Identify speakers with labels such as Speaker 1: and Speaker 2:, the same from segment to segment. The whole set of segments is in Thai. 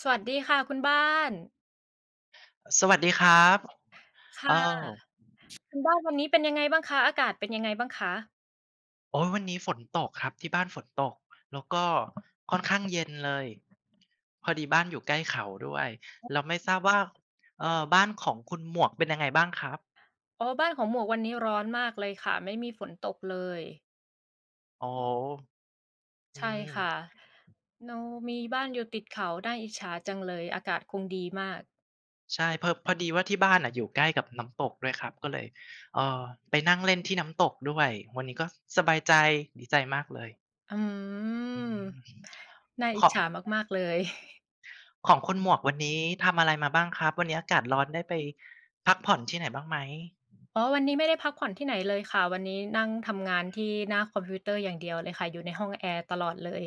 Speaker 1: สวัสดีค่ะคุณบ้าน
Speaker 2: สวัสดีครับ
Speaker 1: ค่
Speaker 2: เอ่อ
Speaker 1: ะคุณบ้านวันนี้เป็นยังไงบ้างคะอากาศเป็นยังไงบ้างคะ
Speaker 2: โอ๊ยวันนี้ฝนตกครับที่บ้านฝนตกแล้วก็ค่อนข้างเย็นเลยพอดีบ้านอยู่ใกล้เขาด้วยเราไม่ทราบว่าบ้านของคุณหมวกเป็นยังไงบ้างครับ
Speaker 1: อ๋อบ้านของหมวกวันนี้ร้อนมากเลยค่ะไม่มีฝนตกเลย
Speaker 2: อ๋ออื
Speaker 1: ใช่
Speaker 2: ม
Speaker 1: ค่ะโนมีบ้านอยู่ติดเขาน่าอิจฉาจังเลยอากาศคงดีมาก
Speaker 2: ใช่พอดีว่าที่บ้านอ่ะอยู่ใกล้กับน้ำตกด้วยครับก็เลยเอ่อไปนั่งเล่นที่น้ำตกด้วย วันนี้ก็สบายใจดีใจมากเลย
Speaker 1: อืม
Speaker 2: อืม
Speaker 1: น่าอิ
Speaker 2: ข
Speaker 1: จ
Speaker 2: อ
Speaker 1: ฉามากๆเลย
Speaker 2: ของคุณหมวกวันนี้ทำอะไรมาบ้างครับวันนี้อากาศร้อนได้ไปพักผ่อนที่ไหนบ้างไหม
Speaker 1: อ๋อวันนี้ไม่ได้พักผ่อนที่ไหนเลยค่ะวันนี้นั่งทำงานที่หน้าคอมพิวเตอร์อย่างเดียวเลยค่ะอยู่ในห้องแอร์ตลอดเลย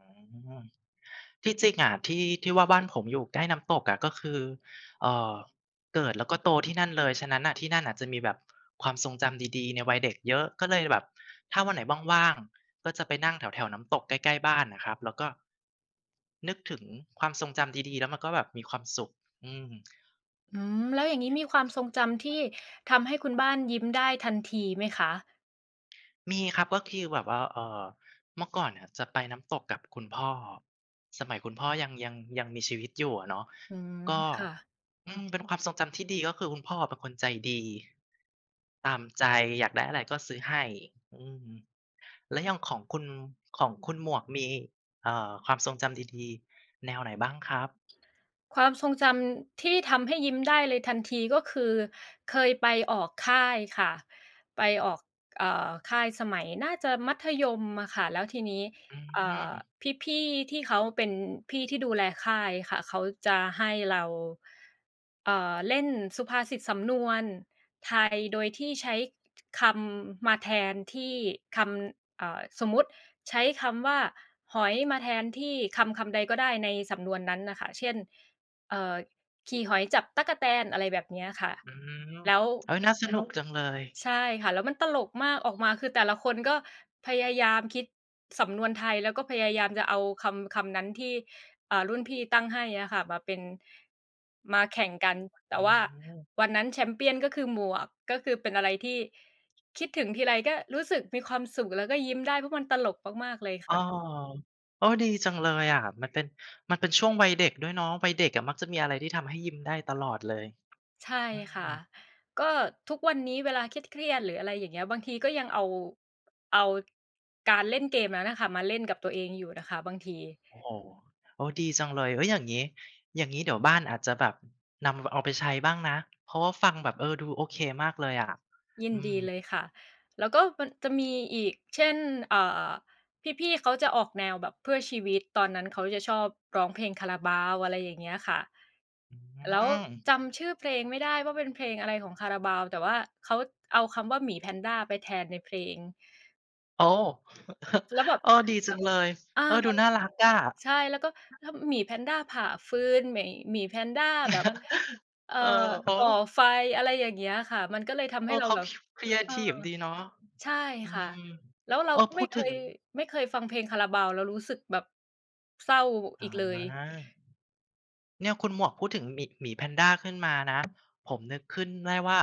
Speaker 2: อืมที่จริงอะที่ที่ว่าบ้านผมอยู่ใกล้น้ำตกอะก็คือเอ่อเกิดแล้วก็โตที่นั่นเลยฉะนั้นน่ะที่นั่นน่ะจะมีแบบความทรงจำดีๆในวัยเด็กเยอะก็เลยแบบถ้าวันไหนว่างๆก็จะไปนั่งแถวๆน้ำตกใกล้ๆบ้านน่ะครับแล้วก็นึกถึงความทรงจำดีๆแล้วมันก็แบบมีความสุขอืม
Speaker 1: อืมแล้วอย่างงี้มีความทรงจำที่ทำให้คุณบ้านยิ้มได้ทันทีไหมคะ
Speaker 2: มีครับก็คือแบบว่าเมื่อก่อนเนี่ยจะไปน้ำตกกับคุณพ่อสมัยคุณพ่อยังมีชีวิตอยู่อะเนาะ
Speaker 1: อืม
Speaker 2: ก็
Speaker 1: ค่ะ
Speaker 2: เป็นความทรงจำที่ดีก็คือคุณพ่อเป็นคนใจดีตามใจอยากได้อะไรก็ซื้อให้อืมแล้วอย่างของคุณหมวกมีความทรงจำดีๆแนวไหนบ้างครับ
Speaker 1: ความทรงจำที่ทำให้ยิ้มได้เลยทันทีก็คือเคยไปออกค่ายค่ะไปออกค่ายสมัยน่าจะมัธยมอะค่ะแล้วทีนี้
Speaker 2: อื
Speaker 1: เอ่อ
Speaker 2: ม
Speaker 1: พี่ๆที่เขาเป็นพี่ที่ดูแลค่ายค่ะเขาจะให้เราเล่นสุภาษิตสำนวนไทยโดยที่ใช้คำมาแทนที่คำสมมุติใช้คำว่าหอยมาแทนที่คำใดก็ได้ในสำนวนนั้นน่ะค่ะเช่น เอ่อขี่หอยจับตั๊กแตนอะไรแบบเนี้ยค่ะ
Speaker 2: อืม
Speaker 1: แล้ว
Speaker 2: เฮ้ยน่าสนุกจังเลย
Speaker 1: ใช่ค่ะแล้วมันตลกมากออกมาคือแต่ละคนก็พยายามคิดสำนวนไทยแล้วก็พยายามจะเอาคำนั้นที่รุ่นพี่ตั้งให้อะค่ะมาแข่งกันแต่
Speaker 2: อื
Speaker 1: ว่า
Speaker 2: ม
Speaker 1: วันนั้นแชมเปียนก็คือหมวกก็คือเป็นอะไรที่คิดถึงทีไรก็รู้สึกมีความสุขแล้วก็ยิ้มได้เพราะมันตลกมากๆเลย
Speaker 2: อ้
Speaker 1: ค่ะ
Speaker 2: อโอ้ดีจังเลยอะมันเป็นช่วงวัยเด็กด้วยเนาะ วัยเด็กอะมักจะมีอะไรที่ทำให้ยิ้มได้ตลอดเลย
Speaker 1: ใช่
Speaker 2: อืม
Speaker 1: ค่ะก็ทุกวันนี้เวลาเครียดๆหรืออะไรอย่างเงี้ยบางทีก็ยังเอาการเล่นเกมนั้นน่ะค่ะมาเล่นกับตัวเองอยู่นะคะบางที
Speaker 2: โอ้โฮโอ้ดีจังเลยเฮ้ยอย่างงี้เดี๋ยวบ้านอาจจะแบบนำเอาไปใช้บ้างนะ เพราะว่าฟังแบบเออดูโอเคมากเลยอะ
Speaker 1: ยิน
Speaker 2: อืม
Speaker 1: ดีเลยค่ะแล้วก็มันจะมีอีกเช่นเอ่อพี่ๆเขาจะออกแนวแบบเพื่อชีวิตตอนนั้นเขาจะชอบร้องเพลง Carabao อะไรอย่างเงี้ยค่ะ
Speaker 2: อื
Speaker 1: แล้ว
Speaker 2: ม
Speaker 1: จำชื่อเพลงไม่ได้ว่าเป็นเพลงอะไรของ Carabao แต่ว่าเขาเอาคำว่าหมีแพนด้าไปแทนในเพลง
Speaker 2: โอ้
Speaker 1: แล้วแบบ
Speaker 2: เออดีจังเลย
Speaker 1: อา
Speaker 2: เออดูน่ารักอะ
Speaker 1: ใช่แล้วก็แล้วหมีแพนด้าผ่าฟืนหมีแพนด้าแบบเอ่อ
Speaker 2: เออโอ้
Speaker 1: ก่อไฟอะไรอย่างเงี้ยค่ะมันก็เลยทำ
Speaker 2: เอ
Speaker 1: ให้
Speaker 2: อ
Speaker 1: เรา
Speaker 2: เขา
Speaker 1: แบบ
Speaker 2: คครีเอ
Speaker 1: เออ
Speaker 2: ทิฟดีเนาะ
Speaker 1: ใช่
Speaker 2: อื
Speaker 1: ค่ะ
Speaker 2: ม
Speaker 1: แล้วเรา
Speaker 2: เออ
Speaker 1: ก็
Speaker 2: พูดถึง
Speaker 1: ไม่เคยฟังเพลงคาราบาวแล้วรู้สึกแบบเศร้า
Speaker 2: อ
Speaker 1: อีกเลย
Speaker 2: า เนี่ยคุณหมวกพูดถึงหมีแพนด้าขึ้นมานะผมนึกขึ้นได้ว่า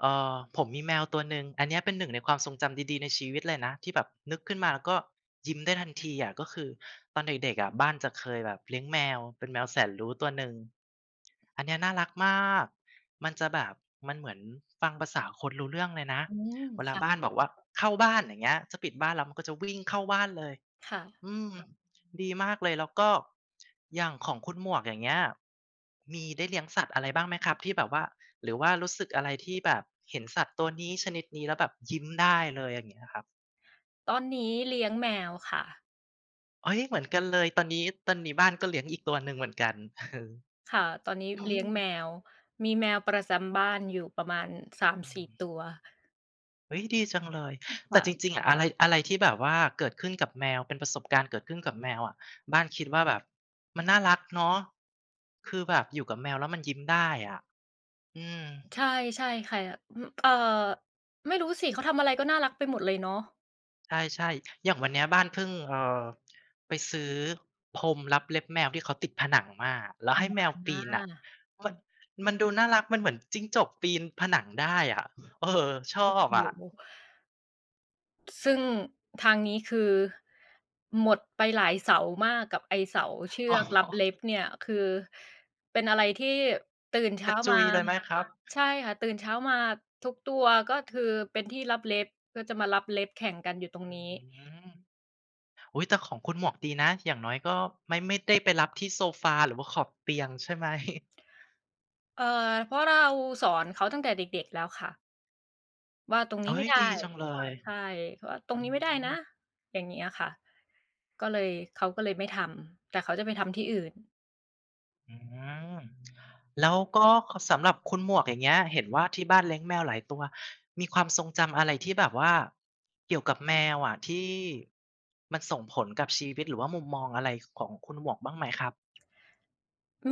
Speaker 2: ผมมีแมวตัวหนึ่งอันเนี้ยเป็นหนึ่งในความทรงจำดีๆในชีวิตเลยนะที่แบบนึกขึ้นมาแล้วก็ยิ้มได้ทันทีอะก็คือตอนเด็กๆอะบ้านจะเคยแบบเลี้ยงแมวเป็นแมวแสนรู้ตัวหนึ่งอันเนี้ยน่ารักมากมันจะแบบมันเหมือนฟังภาษาคนรู้เรื่องเลยนะ
Speaker 1: อืม
Speaker 2: เวลา
Speaker 1: ค่ะ
Speaker 2: บ้านบอกว่าเข้าบ้านอย่างเงี้ยจะปิดบ้านแล้วมันก็จะวิ่งเข้าบ้านเลย
Speaker 1: ค่ะ
Speaker 2: อืมดีมากเลยแล้วก็อย่างของคุณหมวกอย่างเงี้ยมีได้เลี้ยงสัตว์อะไรบ้างไหมครับที่แบบว่าหรือว่ารู้สึกอะไรที่แบบเห็นสัตว์ตัวนี้ชนิดนี้แล้วแบบยิ้มได้เลยอย่างเงี้ยครับ
Speaker 1: ตอนนี้เลี้ยงแมวค่ะ
Speaker 2: เฮ้ยเหมือนกันเลยตอนนี้บ้านก็เลี้ยงอีกตัวหนึ่งเหมือนกันอ
Speaker 1: ค่ะตอนนี้
Speaker 2: อื
Speaker 1: เลี้ย
Speaker 2: ม
Speaker 1: งแมวมีแมวประจำบ้านอยู่ประมาณ
Speaker 2: อื
Speaker 1: 3-4
Speaker 2: ม
Speaker 1: ตัว
Speaker 2: เฮ้ยดีจังเลยแต่จ
Speaker 1: ค่ะ
Speaker 2: ริงๆอะอะไรอะไรที่แบบว่าเกิดขึ้นกับแมวเป็นประสบการณ์เกิดขึ้นกับแมวอะบ้านคิดว่าแบบมันน่ารักเนาะคือแบบอยู่กับแมวแล้วมันยิ้มได้อะอืม
Speaker 1: ใช่ใช่ค่ะอืมไม่รู้สิเขาทำอะไรก็น่ารักไปหมดเลยเนาะ
Speaker 2: ใช่ๆอย่างวันเนี้ยบ้านเพิ่งอไปซื้อพรมลับเล็บแมวที่เขาติดผนังมาแล้วให้แมวปีนอะ
Speaker 1: อา
Speaker 2: มันมันดูน่ารักมันเหมือนจิ้งจกปีนผนังได้อะเออชอ
Speaker 1: โอ้
Speaker 2: บอะ
Speaker 1: โฮซึ่งทางนี้คือหมดไปหลายเสามากกับไอ้เสาเชือ
Speaker 2: อ๋
Speaker 1: กลับเล็บ
Speaker 2: อ
Speaker 1: เนี่ยคือเป็นอะไรที่ตื่น
Speaker 2: ก
Speaker 1: เช้า
Speaker 2: ระจุ
Speaker 1: มา
Speaker 2: ยเลยไหมครับ
Speaker 1: ใช่ค่ะตื่นเช้ามาทุกตัวก็คือเป็นที่ลับเล็บก็จะมาลับเล็บแข่งกันอยู่ตรง
Speaker 2: อื
Speaker 1: นี้
Speaker 2: มอุ๊ยแต่ของคุณหมวกดีนะอย่างน้อยก็ไม่ได้ไปรับที่โซฟาหรือว่าขอบเตียงใช่ไหม
Speaker 1: เอ่อเพราะเราสอนเขาตั้งแต่เด็กๆแล้วค่ะว่าตรงนี้
Speaker 2: เฮ้
Speaker 1: ไม่
Speaker 2: ย
Speaker 1: ได้
Speaker 2: ดีจังเลย
Speaker 1: ใช่เขาว่าตรง
Speaker 2: อื
Speaker 1: นี้ไม่ได้นะ
Speaker 2: ม
Speaker 1: อย่างเงี้ยค่ะก็เลยเขาก็เลยไม่ทำแต่เขาจะไปทำที่อื่น
Speaker 2: อืม แล้วก็สำหรับคุณหมวกอย่างเงี้ยเห็นว่าที่บ้านเลี้ยงแมวหลายตัวมีความทรงจำอะไรที่แบบว่าเกี่ยวกับแมวอะที่มันส่งผลกับชีวิตหรือว่ามุมมองอะไรของคุณหมวกบ้างไหมครับ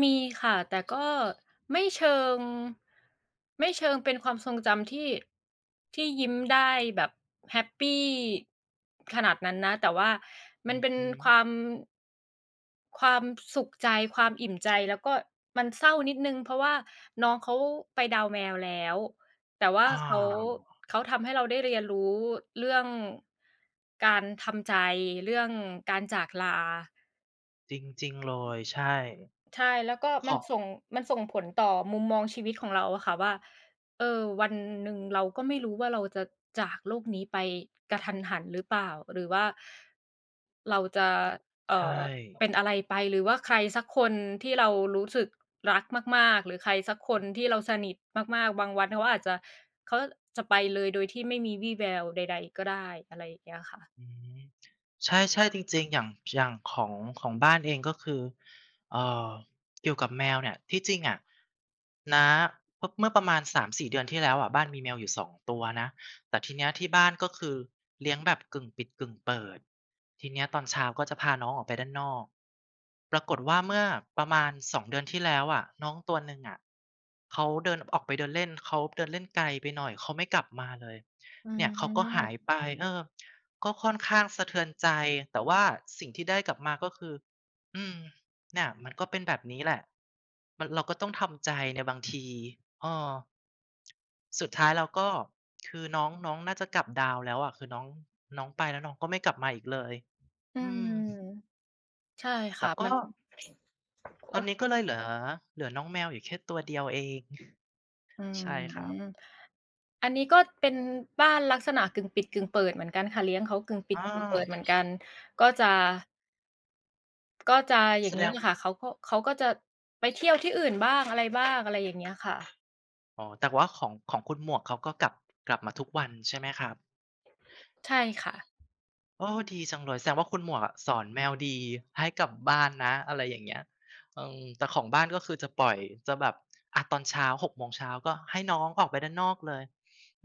Speaker 1: มีค่ะแต่ก็ไม่เชิงไม่เชิงเป็นความทรงจำที่ที่ยิ้มได้แบบแฮปปีขนาดนั้นนะแต่ว่ามัน
Speaker 2: อือ
Speaker 1: เป็น
Speaker 2: ฮึ
Speaker 1: ความความสุขใจความอิ่มใจแล้วก็มันเศร้านิดหนึ่งเพราะว่าน้องเขาไปดาวแมวแล้วแต่ว่า
Speaker 2: อา
Speaker 1: เขาทำให้เราได้เรียนรู้เรื่องการทำใจเรื่องการจากลา
Speaker 2: จริงๆเลยใช่
Speaker 1: ใช่แล้วก็
Speaker 2: ขอบ
Speaker 1: มันส่งผลต่อมุมมองชีวิตของเราอะค่ะว่าเออวันหนึ่งเราก็ไม่รู้ว่าเราจะจากโลกนี้ไปกะทันหันหรือเปล่าหรือว่าเราจะ
Speaker 2: ใช
Speaker 1: เอ่อ
Speaker 2: ่
Speaker 1: เป็นอะไรไปหรือว่าใครสักคนที่เรารู้สึกรักมากๆหรือใครสักคนที่เราสนิทมากๆบางวันเขาจะไปเลยโดยที่ไม่มีวี่แววใดๆก็ได้อะไรอย่างเงี้ยค่ะ
Speaker 2: อืมใช่ๆจริงๆอย่างของบ้านเองก็คือเอ่อเกี่ยวกับแมวเนี่ยที่จริงอะน้าพเมื่อประมาณ3-4 เดือนที่แล้วอะบ้านมีแมวอยู่2 ตัวนะแต่ทีเนี้ยที่บ้านก็คือเลี้ยงแบบกึ่งปิดกึ่งเปิดทีเนี้ยตอนเช้าก็จะพาน้องออกไปด้านนอกปรากฏว่าเมื่อประมาณ2 เดือนที่แล้วอะน้องตัวหนึ่งอะเขาเดินออกไปเดินเล่นเขาเดินเล่นไกลไปหน่อยเขาไม่กลับมาเลย
Speaker 1: อื
Speaker 2: เนี่ยเขาก็หาย
Speaker 1: ม
Speaker 2: ไปเออ ก็ค่อนข้างสะเทือนใจแต่ว่าสิ่งที่ได้กลับมาก็คืออืมเนี่ยมันก็เป็นแบบนี้แหละมันเราก็ต้องทำใจในบางทีเออสุดท้ายเราก็คือน้องน้องน่าจะกลับดาวแล้วอะคือน้องน้องไปแล้วน้องก็ไม่กลับมาอีกเลย
Speaker 1: อื
Speaker 2: อื
Speaker 1: ม
Speaker 2: ม
Speaker 1: ใช่
Speaker 2: แต่
Speaker 1: ค่ะมั
Speaker 2: ก็
Speaker 1: น
Speaker 2: ตอน
Speaker 1: โอ้
Speaker 2: นี้ก็เลยเหลือน้องแมวอยู่แค่ตัวเดียวเอง
Speaker 1: อื
Speaker 2: ใช่ครับ
Speaker 1: ม อันนี้ก็เป็นบ้านลักษณะกึ่งปิดกึ่งเปิดเหมือนกันค่ะเลี้ยงเขากึ่งปิด
Speaker 2: อา
Speaker 1: กึ่งเปิดเหมือนกันก็จะก็จะอย่า
Speaker 2: แส
Speaker 1: ง
Speaker 2: ด
Speaker 1: งี้
Speaker 2: ง
Speaker 1: นะค่ะเขาก็จะไปเที่ยวที่อื่นบ้างอะไรบ้างอะไรอย่างเงี้ยค่ะ
Speaker 2: อ๋อแต่ว่าของคุณหมวกเขาก็กลับมาทุกวันใช่ไหมครับ
Speaker 1: ใช่ค่ะ
Speaker 2: โอ้ดีจังเลยแสดงว่าคุณหมวกอะสอนแมวดีให้กลับบ้านนะอะไรอย่างเงี้ยอืมแต่ของบ้านก็คือจะปล่อยจะแบบอะตอนเช้า6โมงเช้าก็ให้น้องออกไปด้านนอกเลย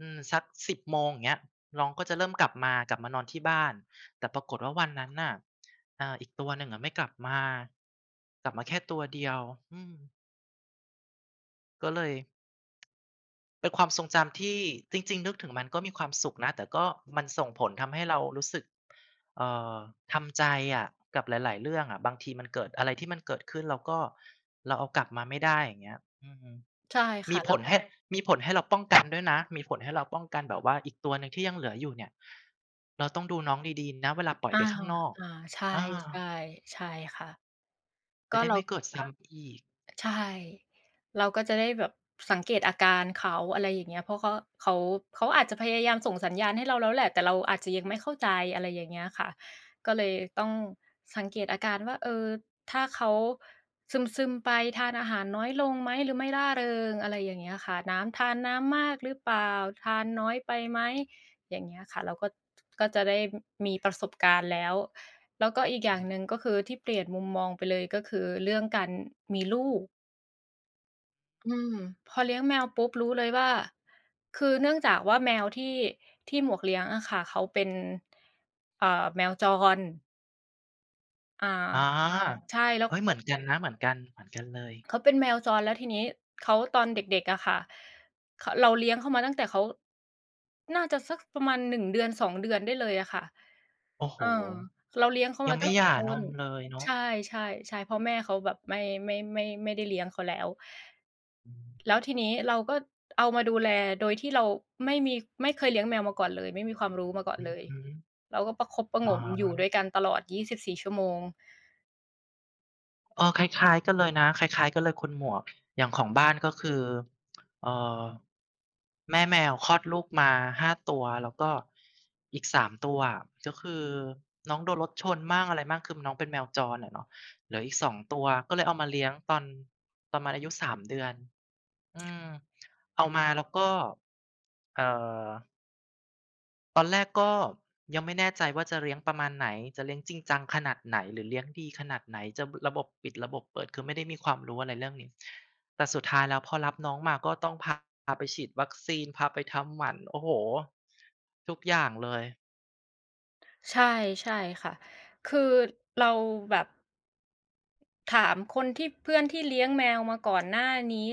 Speaker 2: อืมสัก10โมงอย่างเงี้ยน้องก็จะเริ่มกลับมานอนที่บ้านแต่ปรากฏว่าวันนั้นน่ะอีกตัวหนึ่งอะไม่กลับมากลับมาแค่ตัวเดียวอืมก็เลย เป็นความทรงจำที่จริงๆนึกถึงมันก็มีความสุขนะแต่ก็มันส่งผลทำให้เรารู้สึกเอ่อทำใจอะกับหลายๆเรื่องอะบางทีมันเกิดอะไรที่มันเกิดขึ้นเราก็เราเอากลับมาไม่ได้อย่างเงี้ยอืม
Speaker 1: ใช่ค่ะ
Speaker 2: มีผ
Speaker 1: แล้ว
Speaker 2: ลให้มีผลให้เราป้องกันด้วยนะมีผลให้เราป้องกันแบบว่าอีกตัวหนึ่งที่ยังเหลืออยู่เนี่ยเราต้องดูน้องดีๆนะเวลาปล่อยไป
Speaker 1: อา
Speaker 2: ข้างนอก
Speaker 1: อาใช
Speaker 2: อา
Speaker 1: ่ๆใช่ค่ะ
Speaker 2: จะ
Speaker 1: ก็
Speaker 2: ได้
Speaker 1: เรา
Speaker 2: ไม่เกิดซ้ำอีก
Speaker 1: ใช่เราก็จะได้แบบสังเกตอาการเขาอะไรอย่างเงี้ยเพราะเขาเขาอาจจะพยายามส่งสัญญาณให้เราแล้วแหละแต่เราอาจจะยังไม่เข้าใจอะไรอย่างเงี้ยค่ะก็เลยต้องสังเกตอาการว่าเออถ้าเขาซึมๆไปทานอาหารน้อยลงไหมหรือไม่ร่าเริงอะไรอย่างเงี้ยค่ะน้ำทานน้ำมากหรือเปล่า ทานน้อยไปไหม อย่างเงี้ยค่ะ เราก็จะได้มีประสบการณ์แล้ว แล้วก็อีกอย่างหนึ่งก็คือที่เปลี่ยนมุมมองไปเลยก็คือเรื่องการมีลูก อืมพอเลี้ยงแมวปุ๊บรู้เลยว่าคือเนื่องจากว่าแมวที่ที่หมวกเลี้ยงอะค่ะเขาเป็นเอ่อแมวจรอ่
Speaker 2: อา
Speaker 1: าใช่แล้ว
Speaker 2: เฮ้ยเห
Speaker 1: เขา
Speaker 2: มือนกันนะเหมือนกันเหมือนกันเลย
Speaker 1: เขาเป็นแมวจรแล้วทีนี้เขาตอนเด็กๆอะค่ะขเราเลี้ยงเขามาตั้งแต่เขาน่าจะสักประมาณหนึ่งเดือนสองเดือนได้เลยอะค่ะ
Speaker 2: โอ้โฮ
Speaker 1: เออเราเลี้ยงเขา
Speaker 2: ยั
Speaker 1: มา
Speaker 2: ง
Speaker 1: ตั้
Speaker 2: ไม่
Speaker 1: ง
Speaker 2: ห
Speaker 1: แต่
Speaker 2: ย่า
Speaker 1: ต้
Speaker 2: น
Speaker 1: น
Speaker 2: มเลยเนาะ
Speaker 1: ใช่ๆใช่เพราะแม่เขาแบบไม่ได้เลี้ยงเขาแล้ว
Speaker 2: อื
Speaker 1: แล้
Speaker 2: ม
Speaker 1: วทีนี้เราก็เอามาดูแลโดยที่เราไม่มีไม่เคยเลี้ยงแมวมาก่อนเลยไม่มีความรู้มาก่อน
Speaker 2: อื
Speaker 1: เล
Speaker 2: อ
Speaker 1: ย
Speaker 2: ฮึ
Speaker 1: เราก็ประคบประห
Speaker 2: อ๋
Speaker 1: งมอยู่
Speaker 2: อ
Speaker 1: ด้วยกันตลอด 24 ชั่วโมง
Speaker 2: เออคล้ายๆกันเลยคุณหมวก อย่างของบ้านก็คือเอ่อแม่แมวคลอดลูกมา5ตัวแล้วก็อีก3ตัวอะก็คือน้องโดนรถชนมั่งอะไรมั่งคือน้องเป็นแมวจรอะเนาะเหลืออีก2ตัว ก็เลยเอามาเลี้ยงตอนมันอายุ3เดือนอืมเอามาแล้วก็เอ่อ ตอนแรกก็ยังไม่แน่ใจว่าจะเลี้ยงประมาณไหนจะเลี้ยงจริงจังขนาดไหนหรือเลี้ยงดีขนาดไหนจะระบบปิดระบบเปิดคือไม่ได้มีความรู้อะไรเรื่องนี้แต่สุดท้ายแล้วพอรับน้องมาก็ต้องพาไปฉีดวัคซีนพาไปทำหมันโอ้โฮทุกอย่างเลย
Speaker 1: ใช่ใช่ค่ะคือเราแบบถามคนที่เพื่อนที่เลี้ยงแมวมาก่อนหน้านี้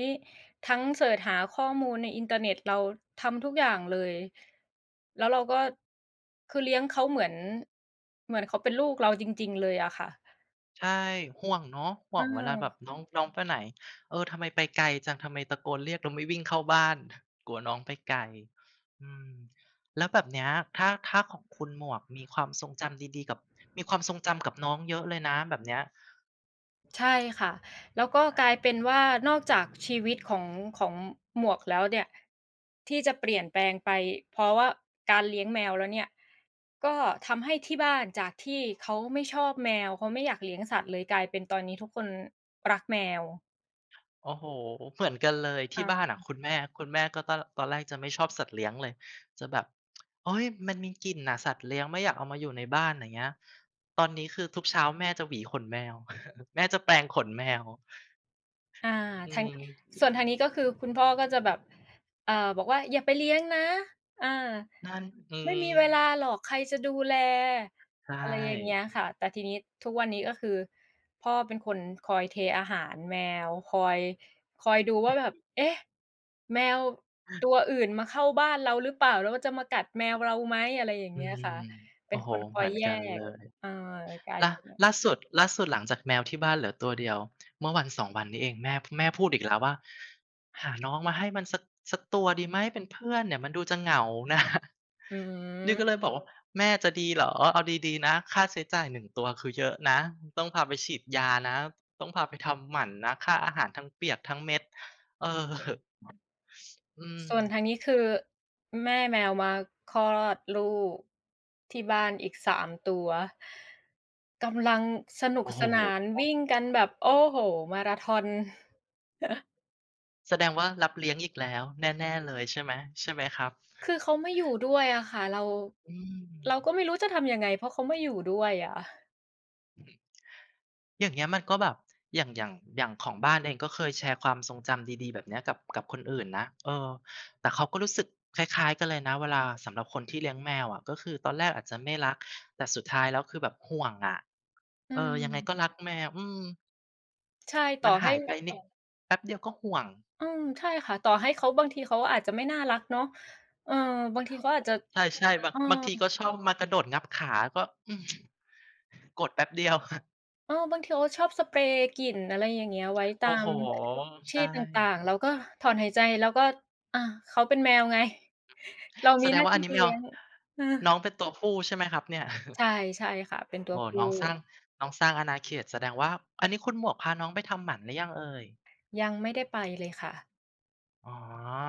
Speaker 1: ทั้งเสิร์ชหาข้อมูลในอินเทอร์เน็ตเราทำทุกอย่างเลยแล้วเราก็คือเลี้ยงเขาเหมือนเหมือนเขาเป็นลูกเราจริงๆเลยอะค่ะ
Speaker 2: ใช่ห่วงเนาะ
Speaker 1: เ
Speaker 2: ห่วงเวลาแบบ
Speaker 1: ออ
Speaker 2: น้องน้องไปไหนเออทำไมไปไกลจังทำไมตะโกนเรียกแล้วไม่วิ่งเข้าบ้านกลัวน้องไปไกลอืมแล้วแบบเนี้ยถ้าของคุณหมวกมีความทรงจำดีๆกับมีความทรงจำกับน้องเยอะเลยนะแบบเนี้ย
Speaker 1: ใช่ค่ะ แล้วก็กลายเป็
Speaker 2: ใช่
Speaker 1: นว่านอกจากชีวิตของหมวกแล้วเนี่ยที่จะเปลี่ยนแปลงไปเพราะว่าการเลี้ยงแมวแล้วเนี่ยก็ทำให้ที่บ้านจากที่เขาไม่ชอบแมวเขาไม่อยากเลี้ยงสัตว์เลยกลายเป็นตอนนี้ทุกคนรักแมว
Speaker 2: โอ้โฮเหมือนกันเลยที่บ้านอะ
Speaker 1: อา
Speaker 2: คุณแม่ก็ตอนแรกจะไม่ชอบสัตว์เลี้ยงเลยจะแบบโอ๊ยมันมีกลิ่นน่ะสัตว์เลี้ยงไม่อยากเอามาอยู่ในบ้านอย่างเงี้ยตอนนี้คือทุกเช้าแม่จะหวีขนแมว แม่จะแปรงขนแมว
Speaker 1: อา
Speaker 2: อื
Speaker 1: ทาง
Speaker 2: ม
Speaker 1: ส่วนทางนี้ก็คือคุณพ่อก็จะแบบบอกว่าอย่าไปเลี้ยงนะอา
Speaker 2: นั่นอื
Speaker 1: ไม่มีเว
Speaker 2: ม
Speaker 1: ลาหรอกใครจะดูแล
Speaker 2: ใช
Speaker 1: อะไรอย่างเงี้
Speaker 2: ่
Speaker 1: ยค่ะแต่ทีนี้ทุกวันนี้ก็คือพ่อเป็นคนคอยเทอาหารแมวคอยดูว่าแบบเอ๊ะแมวตัวอื่นมาเข้าบ้านเราหรือเปล่าแล้วมันจะมากัดแมวเราไหมอะไรอย่าง
Speaker 2: อื
Speaker 1: เงี้ย
Speaker 2: ม
Speaker 1: ค่ะเป็
Speaker 2: โอ้
Speaker 1: น
Speaker 2: โฮ
Speaker 1: คนคอ
Speaker 2: เห
Speaker 1: ย
Speaker 2: มือน
Speaker 1: แย
Speaker 2: กันเล
Speaker 1: ก
Speaker 2: ย
Speaker 1: เออกลาย
Speaker 2: ล่า
Speaker 1: เป็นแบบ
Speaker 2: ล่าสุดหลังจากแมวที่บ้านเหลือตัวเดียวเมื่อวันสองวันนี้เองแม่พูดอีกแล้วว่าหาน้องมาให้มันสักตัวดีไหมเป็นเพื่อนเนี่ยมันดูจะเหงานะ
Speaker 1: อื
Speaker 2: นี่ก็เล
Speaker 1: ม
Speaker 2: ยบอกว่าแม่จะดีเหรอเอาดีๆนะค่าใช้จ่ายหนึ่งตัวคือเยอะนะต้องพาไปฉีดยานะต้องพาไปทำหมันนะค่าอาหารทั้งเปียกทั้งเม็ดเอออืม
Speaker 1: ส่วนทางนี้คือแม่แมวมาคลอดลูกที่บ้านอีก3ตัวกำลังสนุก
Speaker 2: โอ้
Speaker 1: ส
Speaker 2: โฮ
Speaker 1: นานวิ่งกันแบบโอ้โฮมาราธอน
Speaker 2: แสดงว่ารับเลี้ยงอีกแล้วแน่ๆเลยใช่ไหมใช่ไหมครับ
Speaker 1: คือเขาไม่อยู่ด้วยอะค่ะเรา
Speaker 2: อื
Speaker 1: เรา
Speaker 2: ม
Speaker 1: ก็ไม่รู้จะทำยังไงเพราะเขาไม่อยู่ด้วยอะ
Speaker 2: อย่างเงี้ยมันก็แบบอย่างของบ้านเองก็เคยแชร์ความทรงจำดีๆแบบเนี้ยกับคนอื่นนะเออแต่เขาก็รู้สึกคล้ายๆกันเลยนะเวลาสำหรับคนที่เลี้ยงแมวอะก็คือตอนแรกอาจจะไม่รักแต่สุดท้ายแล้วคือแบบห่วงอะ
Speaker 1: อื
Speaker 2: เออยังไงก็
Speaker 1: ม
Speaker 2: รักแมวอืม
Speaker 1: ใช่ต่
Speaker 2: มัน
Speaker 1: อให้
Speaker 2: หายไปนี่แป๊บเดียวก็ห่วง
Speaker 1: อืมใช่ค่ะต่อให้เขาบางทีเขาอาจจะไม่น่ารักเนาะเออบางทีเขาอาจจะ
Speaker 2: ใเอช่ๆบอาง
Speaker 1: เออ
Speaker 2: บางทีก็ชอบมากระโดดงับขาก็อืมกดแป๊บเดียว
Speaker 1: เออบางทีเขาชอบสเปรย์กลิ่นอะไรอย่างเงี้ยไว้ตา
Speaker 2: โอ้โฮ
Speaker 1: มที่
Speaker 2: ใช่
Speaker 1: ต่างๆเราก็ถอนหายใจเราก็อาเขาเป็นแมวไง เรา
Speaker 2: แส
Speaker 1: มี
Speaker 2: ด
Speaker 1: ห
Speaker 2: ง
Speaker 1: น้า
Speaker 2: ว่าอั
Speaker 1: ที่
Speaker 2: นนี้แม
Speaker 1: เลี้
Speaker 2: ว
Speaker 1: ยงเออ
Speaker 2: น้องเป็นตัวผู้ใช่ไหมครับเนี่ย
Speaker 1: ใช่ใช่ค่ะเป็น ตัว
Speaker 2: โอ้น้
Speaker 1: ผู้
Speaker 2: องสร้างน้องสร้างอาณาเขตแสดงว่าอันนี้คุณหมวกพาน้องไปทำหมันหรือยังเอ่ย
Speaker 1: ยังไม่ได้ไปเลยค่ะ
Speaker 2: อ๋อ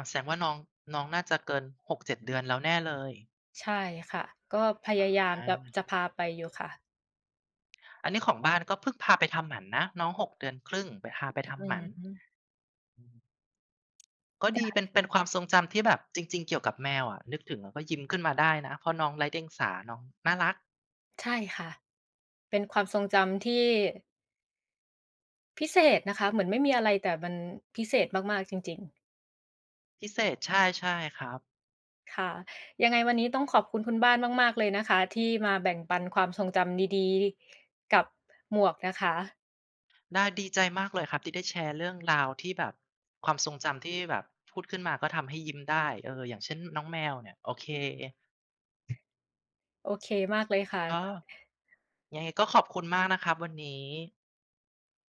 Speaker 2: แสดงว่าน้องน้องน่าจะเกินหกเจ็ดเดือนแล้วแน่เลย
Speaker 1: ใช่ค่ะก็พยายามจะ
Speaker 2: อา
Speaker 1: จะพาไปอยู่ค่ะ
Speaker 2: อันนี้ของบ้านก็เพิ่งพาไปทำหมันนะน้องหกเดือนครึ่งไปพาไป
Speaker 1: อื
Speaker 2: ทำหมัน
Speaker 1: อฮึ
Speaker 2: อืมก็ดี
Speaker 1: จะ
Speaker 2: เป็นความทรงจำที่แบบจริงๆเกี่ยวกับแมวอะนึกถึงแล้วก็ยิ้มขึ้นมาได้นะเพราะน้องไร้เดียงสาน้องน่ารัก
Speaker 1: ใช่ค่ะเป็นความทรงจำที่พิเศษนะคะเหมือนไม่มีอะไรแต่มันพิเศษมากๆจริงๆ
Speaker 2: พิเศษใช่ใช่ครับ
Speaker 1: ค่ะยังไงวันนี้ต้องขอบคุณคุณบ้านมากๆเลยนะคะที่มาแบ่งปันความทรงจำดีๆกับหมวกนะคะ
Speaker 2: ได้ดีใจมากเลยครับที่ได้แชร์เรื่องราวที่แบบความทรงจำที่แบบพูดขึ้นมาก็ทำให้ยิ้มได้เอออย่างเช่นน้องแมวเนี่ยโอเค
Speaker 1: โอเคมากเลยค่ะ
Speaker 2: ก็ยังไงก็ขอบคุณมากนะครับวันนี้